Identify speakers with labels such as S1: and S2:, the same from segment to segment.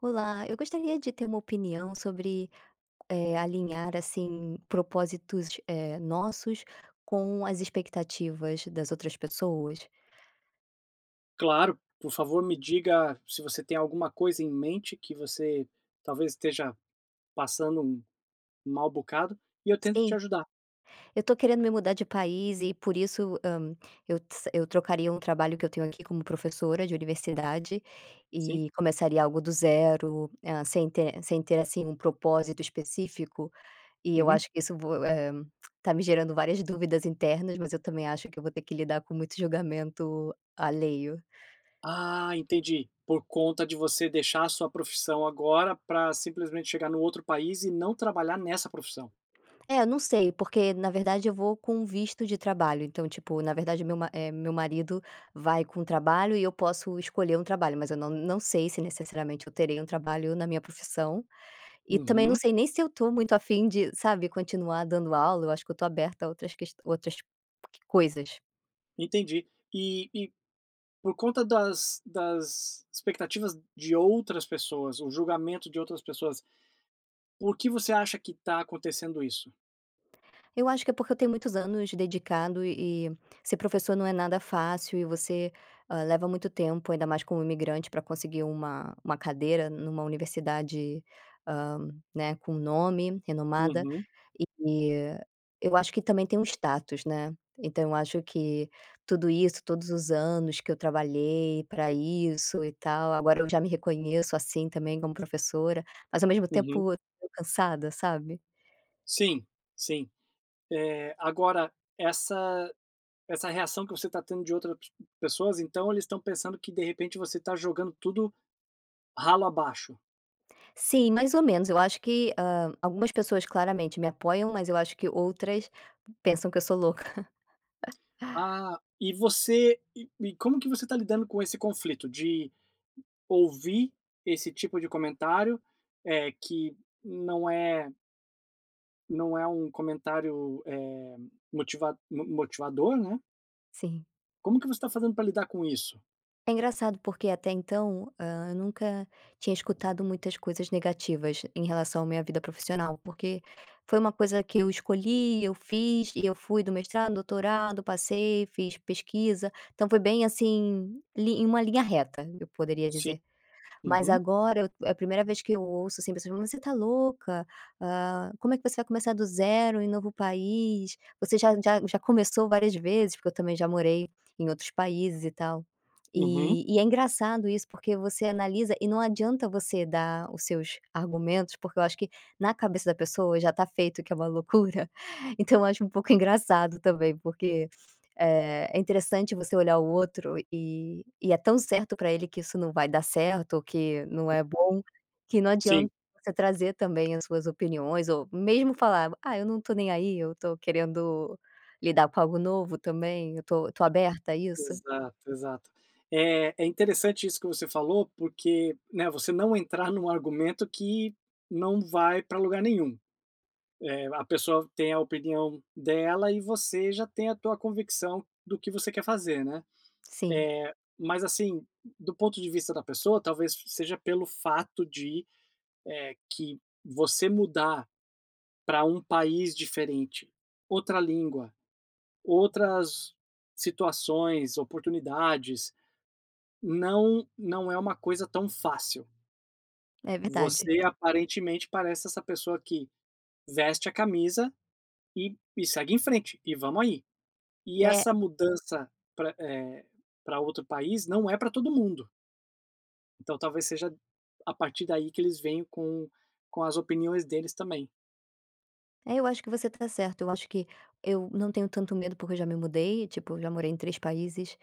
S1: Olá, eu gostaria de ter uma opinião sobre, alinhar, assim, propósitos, nossos com as expectativas das outras pessoas.
S2: Claro, por favor, me diga se você tem alguma coisa em mente que você talvez esteja passando um mal bocado e eu tento te
S1: Sim.
S2: ajudar.
S1: Eu tô querendo me mudar de país e por isso, eu trocaria um trabalho que eu tenho aqui como professora de universidade
S2: Sim.
S1: e começaria algo do zero, sem ter, assim, um propósito específico. E eu
S2: Uhum.
S1: acho que isso tá me gerando várias dúvidas internas, mas eu também acho que eu vou ter que lidar com muito julgamento alheio.
S2: Ah, entendi. Por conta de você deixar a sua profissão agora para simplesmente chegar no outro país e não trabalhar nessa profissão.
S1: É, eu não sei, porque na verdade eu vou com visto de trabalho, então, tipo, na verdade meu marido vai com trabalho e eu posso escolher um trabalho, mas eu não sei se necessariamente eu terei um trabalho na minha profissão, e também não
S2: Uhum.
S1: sei nem se eu estou muito afim de, sabe, continuar dando aula, eu acho que eu estou aberta a outras coisas.
S2: Entendi. E por conta das expectativas de outras pessoas, o julgamento de outras pessoas, por que você acha que está acontecendo isso?
S1: Eu acho que é porque eu tenho muitos anos dedicado e ser professor não é nada fácil e você, leva muito tempo, ainda mais como imigrante, para conseguir uma cadeira numa universidade, hã, né, com nome, renomada.
S2: Uhum.
S1: E eu acho que também tem um status, né. Então eu acho que tudo isso, todos os anos que eu trabalhei para isso e tal, agora eu já me reconheço assim também como professora, mas ao mesmo
S2: Uhum.
S1: tempo eu tô cansada, sabe?
S2: Sim, sim. Agora, essa reação que você está tendo de outras pessoas, então eles estão pensando que de repente você está jogando tudo ralo abaixo.
S1: Sim, mais ou menos. Eu acho que, algumas pessoas claramente me apoiam, mas eu acho que outras pensam que eu sou louca.
S2: Ah, e você, como que você está lidando com esse conflito de ouvir esse tipo de comentário, que não é não é um comentário, motivador, né.
S1: Sim.
S2: Como que você está fazendo para lidar com isso?
S1: É engraçado porque até então, eu nunca tinha escutado muitas coisas negativas em relação à minha vida profissional, porque foi uma coisa que eu escolhi, eu fiz e eu fui do mestrado, doutorado, passei, fiz pesquisa, então foi bem assim, li em uma linha reta, eu poderia
S2: Sim.
S1: dizer. Mas
S2: Uhum,
S1: agora eu é a primeira vez que eu ouço, assim, pessoas falando: "Você tá louca? Ah, como é que você vai começar do zero em novo país? Você já começou várias vezes", porque eu também já morei em outros países e tal.
S2: uhum.
S1: E é engraçado isso, porque você analisa e não adianta você dar os seus argumentos, porque eu acho que na cabeça da pessoa já tá feito que é uma loucura. Então eu acho um pouco engraçado também, porque é interessante você olhar o outro e é tão certo para ele que isso não vai dar certo ou que não é bom, que não adianta
S2: Sim.
S1: você trazer também as suas opiniões ou mesmo falar: "Ah, eu não tô nem aí, eu tô querendo lidar com algo novo também, eu tô aberta a isso".
S2: Exato, exato. É interessante isso que você falou, porque, né, você não entrar num argumento que não vai para lugar nenhum. Eh, a pessoa tem a opinião dela e você já tem a tua convicção do que você quer fazer, né.
S1: Sim,
S2: Mas, assim, do ponto de vista da pessoa, talvez seja pelo fato de que você mudar para um país diferente, outra língua, outras situações, oportunidades. Não é uma coisa tão fácil.
S1: é verdade.
S2: Você aparentemente parece essa pessoa que veste a camisa e segue em frente, e vamos aí. E
S1: É.
S2: essa mudança para outro país não é para todo mundo. Então talvez seja a partir daí que eles venham com as opiniões deles também.
S1: É, eu acho que você tá certo. Eu acho que eu não tenho tanto medo porque eu já me mudei, tipo, eu já morei em 3 países,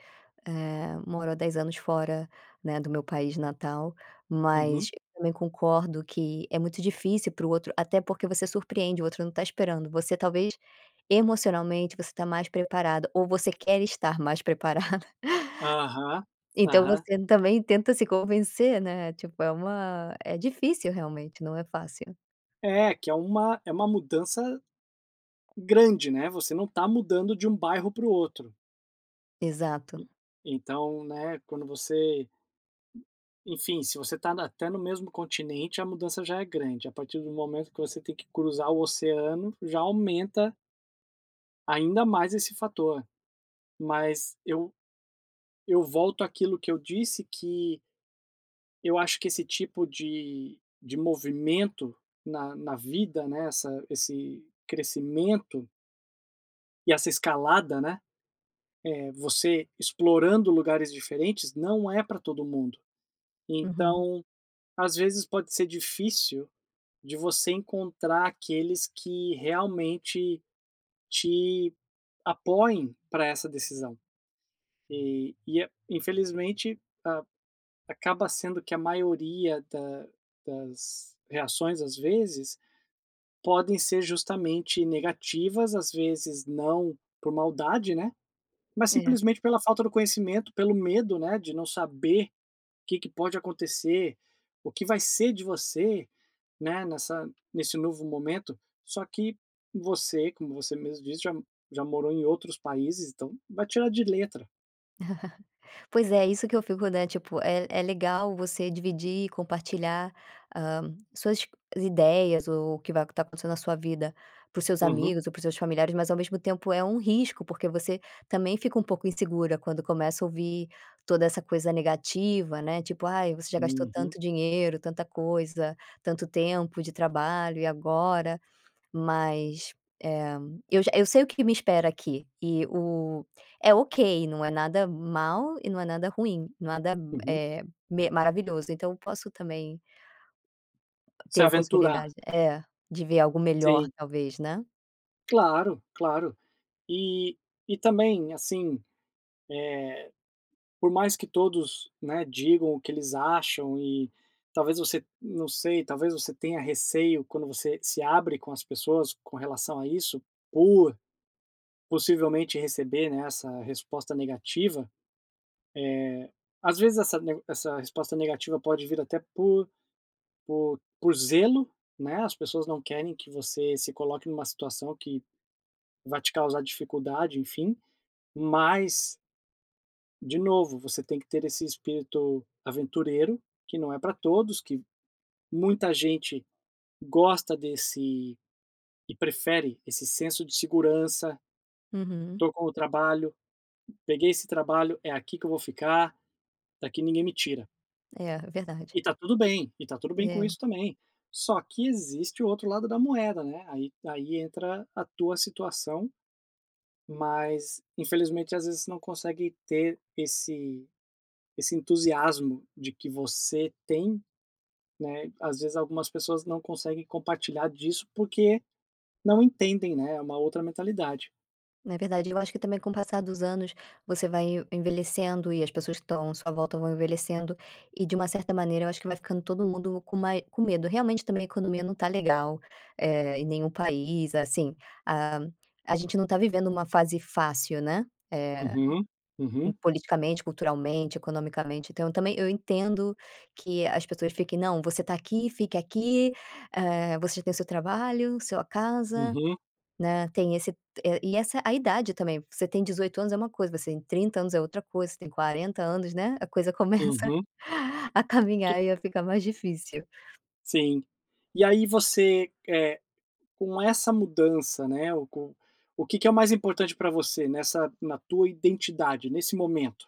S1: moro há 10 anos fora, né, do meu país natal, mas
S2: Uhum.
S1: eu também concordo que é muito difícil para o outro, até porque você surpreende, o outro não tá esperando. Você talvez, emocionalmente, você tá mais preparada ou você quer estar mais preparada,
S2: Aham,
S1: então
S2: aham.
S1: você também tenta se convencer, né, tipo, é uma é difícil realmente, não é fácil.
S2: É, que é uma mudança grande, né, você não está mudando de um bairro para o outro. E
S1: Exato.
S2: então, né, quando você... Enfim, se você está até no mesmo continente, a mudança já é grande. A partir do momento que você tem que cruzar o oceano, já aumenta ainda mais esse fator. Mas eu volto àquilo que eu disse, que eu acho que esse tipo de movimento na vida, né, essa esse crescimento e essa escalada, né, você explorando lugares diferentes, não é para todo mundo.
S1: Uhum.
S2: Então, às vezes pode ser difícil de você encontrar aqueles que realmente te apoiem para essa decisão. E infelizmente, acaba sendo que a maioria das reações, às vezes, podem ser justamente negativas, às vezes não por maldade, né? Mas
S1: É.
S2: simplesmente pela falta do conhecimento, pelo medo, né, de não saber que pode acontecer, o que vai ser de você, né, nessa nesse novo momento. Só que você, como você mesmo disse, já já morou em outros países, então vai tirar de letra.
S1: Pois é, isso que eu fico, né, tipo, é é legal você dividir e compartilhar, suas ideias ou o que vai tá acontecendo na sua vida para os seus
S2: Uhum,
S1: amigos ou para os seus familiares, mas ao mesmo tempo é um risco, porque você também fica um pouco insegura quando começa a ouvir toda essa coisa negativa, né, tipo: "Ai, você já gastou
S2: uhum,
S1: tanto dinheiro, tanta coisa, tanto tempo de trabalho e agora?" Mas, eh, eu sei o que me espera aqui e o é ok, não é nada mal e não é nada ruim, nada,
S2: uhum.
S1: eh, me maravilhoso, então eu posso também
S2: Se
S1: ter a
S2: aventurar.
S1: possibilidade é, de ver algo melhor
S2: Sim,
S1: talvez, né.
S2: claro, claro. E e também, assim, por mais que todos, né, digam o que eles acham e talvez você, não sei, talvez você tenha receio quando você se abre com as pessoas com relação a isso, por... Possivelmente receber, né, essa resposta negativa, às vezes essa resposta negativa pode vir até por zelo, né, as pessoas não querem que você se coloque numa situação que vai te causar dificuldade, enfim, mas, de novo, você tem que ter esse espírito aventureiro, que não é para todos, que muita gente gosta desse e prefere esse senso de segurança:
S1: Uhum.
S2: "Tô com o trabalho, peguei esse trabalho, é aqui que eu vou ficar, daqui ninguém me tira".
S1: É, verdade. É, verdade.
S2: E tá tudo bem, e tá tudo bem com
S1: É.
S2: isso também. Só que existe o outro lado da moeda, né, aí entra a tua situação, mas infelizmente às vezes você não consegue ter esse entusiasmo de que você tem, né, às vezes algumas pessoas não conseguem compartilhar disso, porque não entendem, né, é uma outra mentalidade.
S1: Na verdade, eu acho que também com o passar dos anos, você vai envelhecendo e as pessoas que estão à sua volta vão envelhecendo, e de uma certa maneira eu acho que vai ficando todo mundo com mai com medo. Realmente também a economia não tá legal, em nenhum país, assim, a a gente não tá vivendo uma fase fácil, né, eh,
S2: Uhum, uhum,
S1: politicamente, culturalmente, economicamente, então também eu entendo que as pessoas fiquem: "Não, você tá aqui, fique aqui, você já tem o seu trabalho, sua casa".
S2: uhum,
S1: Né, tem esse, e essa a idade também, você tem 18 anos é uma coisa, você tem 30 anos é outra coisa, você tem 40 anos, né, a coisa começa
S2: uhum,
S1: a
S2: tu
S1: caminhar e a ficar mais difícil.
S2: sim. E aí você, com essa mudança, né? O que, que é o mais importante para você nessa na tua identidade nesse momento?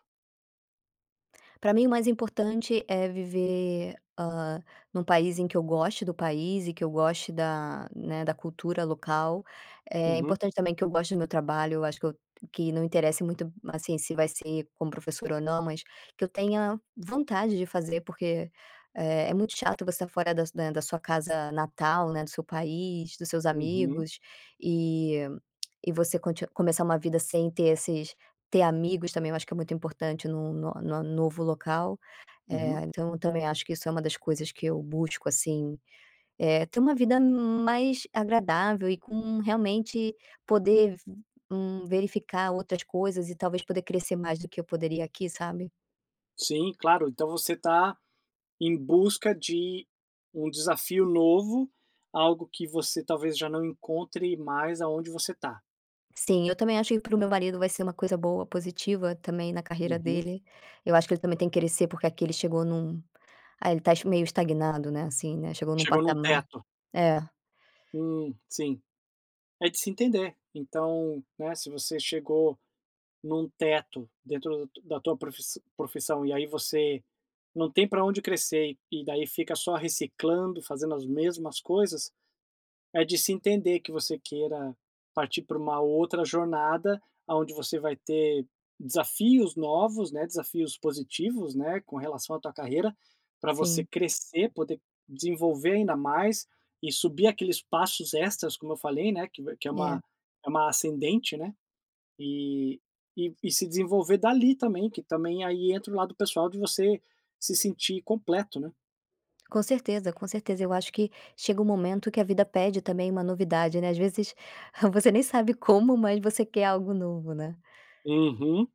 S1: Para mim o mais importante é viver, num país em que eu goste do país e que eu goste da, né, da cultura local. É
S2: Uhum,
S1: importante também que eu goste do meu trabalho, eu acho que eu que não interessa muito, assim, se vai ser como professora ou não, mas que eu tenha vontade de fazer, porque, é muito chato você tá fora da né, da sua casa natal, né, do seu país, dos seus
S2: uhum,
S1: amigos, e você conti começar uma vida sem ter esses ter amigos também eu acho que é muito importante num no novo local,
S2: uhum.
S1: então eu também acho que isso é uma das coisas que eu busco, assim, ter uma vida mais agradável e com realmente poder verificar outras coisas e talvez poder crescer mais do que eu poderia aqui, sabe.
S2: Sim, claro. Então você está em busca de um desafio novo, algo que você talvez já não encontre mais aonde você está.
S1: Sim, eu também acho que para o meu marido vai ser uma coisa boa, positiva também na carreira
S2: Uhum.
S1: dele. Eu acho que ele também tem que crescer, porque aqui ele chegou num ele tá meio estagnado, né, assim, né, chegou num
S2: Chegou num
S1: patamar
S2: teto.
S1: é,
S2: Sim. É de se entender. Então, né? Se você chegou num teto dentro da da tua profissão e aí você não tem para onde crescer e daí fica só reciclando, fazendo as mesmas coisas, é de se entender que você queira partir para uma outra jornada aonde você vai ter desafios novos, né, desafios positivos, né, com relação à tua carreira, para você
S1: sim,
S2: crescer, poder desenvolver ainda mais e subir aqueles passos extras, como eu falei, né, que
S1: é.
S2: é uma ascendente, né? E e se desenvolver dali também, que também aí entra o lado pessoal de você se sentir completo, né.
S1: Com certeza, com certeza. Eu acho que chega um momento que a vida pede também uma novidade, né. Às vezes, você nem sabe como, mas você quer algo novo, né.
S2: Uhum.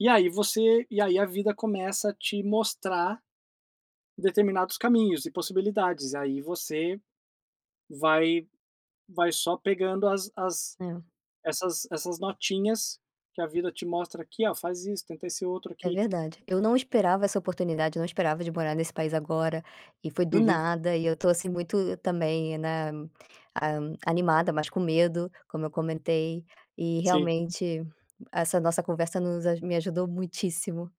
S2: E aí você e aí a vida começa a te mostrar determinados caminhos e possibilidades, e aí você vai vai só pegando as
S1: É.
S2: essas essas notinhas que a vida te mostra aqui: "Ó, faz isso, tenta esse outro
S1: É
S2: aqui".
S1: verdade. Eu não esperava essa oportunidade, não esperava de morar nesse país agora, e foi do
S2: Uhum,
S1: nada, e eu tô, assim, muito também, né, ah, animada, mas com medo, como eu comentei, e
S2: sim.
S1: realmente essa nossa conversa nos a me ajudou muitíssimo.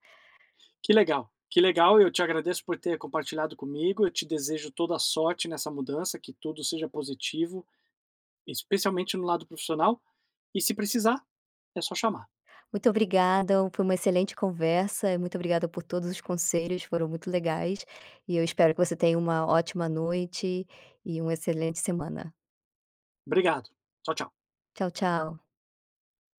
S2: Que legal, eu te agradeço por ter compartilhado comigo, eu te desejo toda a sorte nessa mudança, que tudo seja positivo, especialmente no lado profissional, e se precisar, é só chamar.
S1: Muito obrigada, foi uma excelente conversa, e muito obrigada por todos os conselhos, foram muito legais, e eu espero que você tenha uma ótima noite e uma excelente semana.
S2: Obrigado. Tchau, tchau.
S1: Tchau, tchau.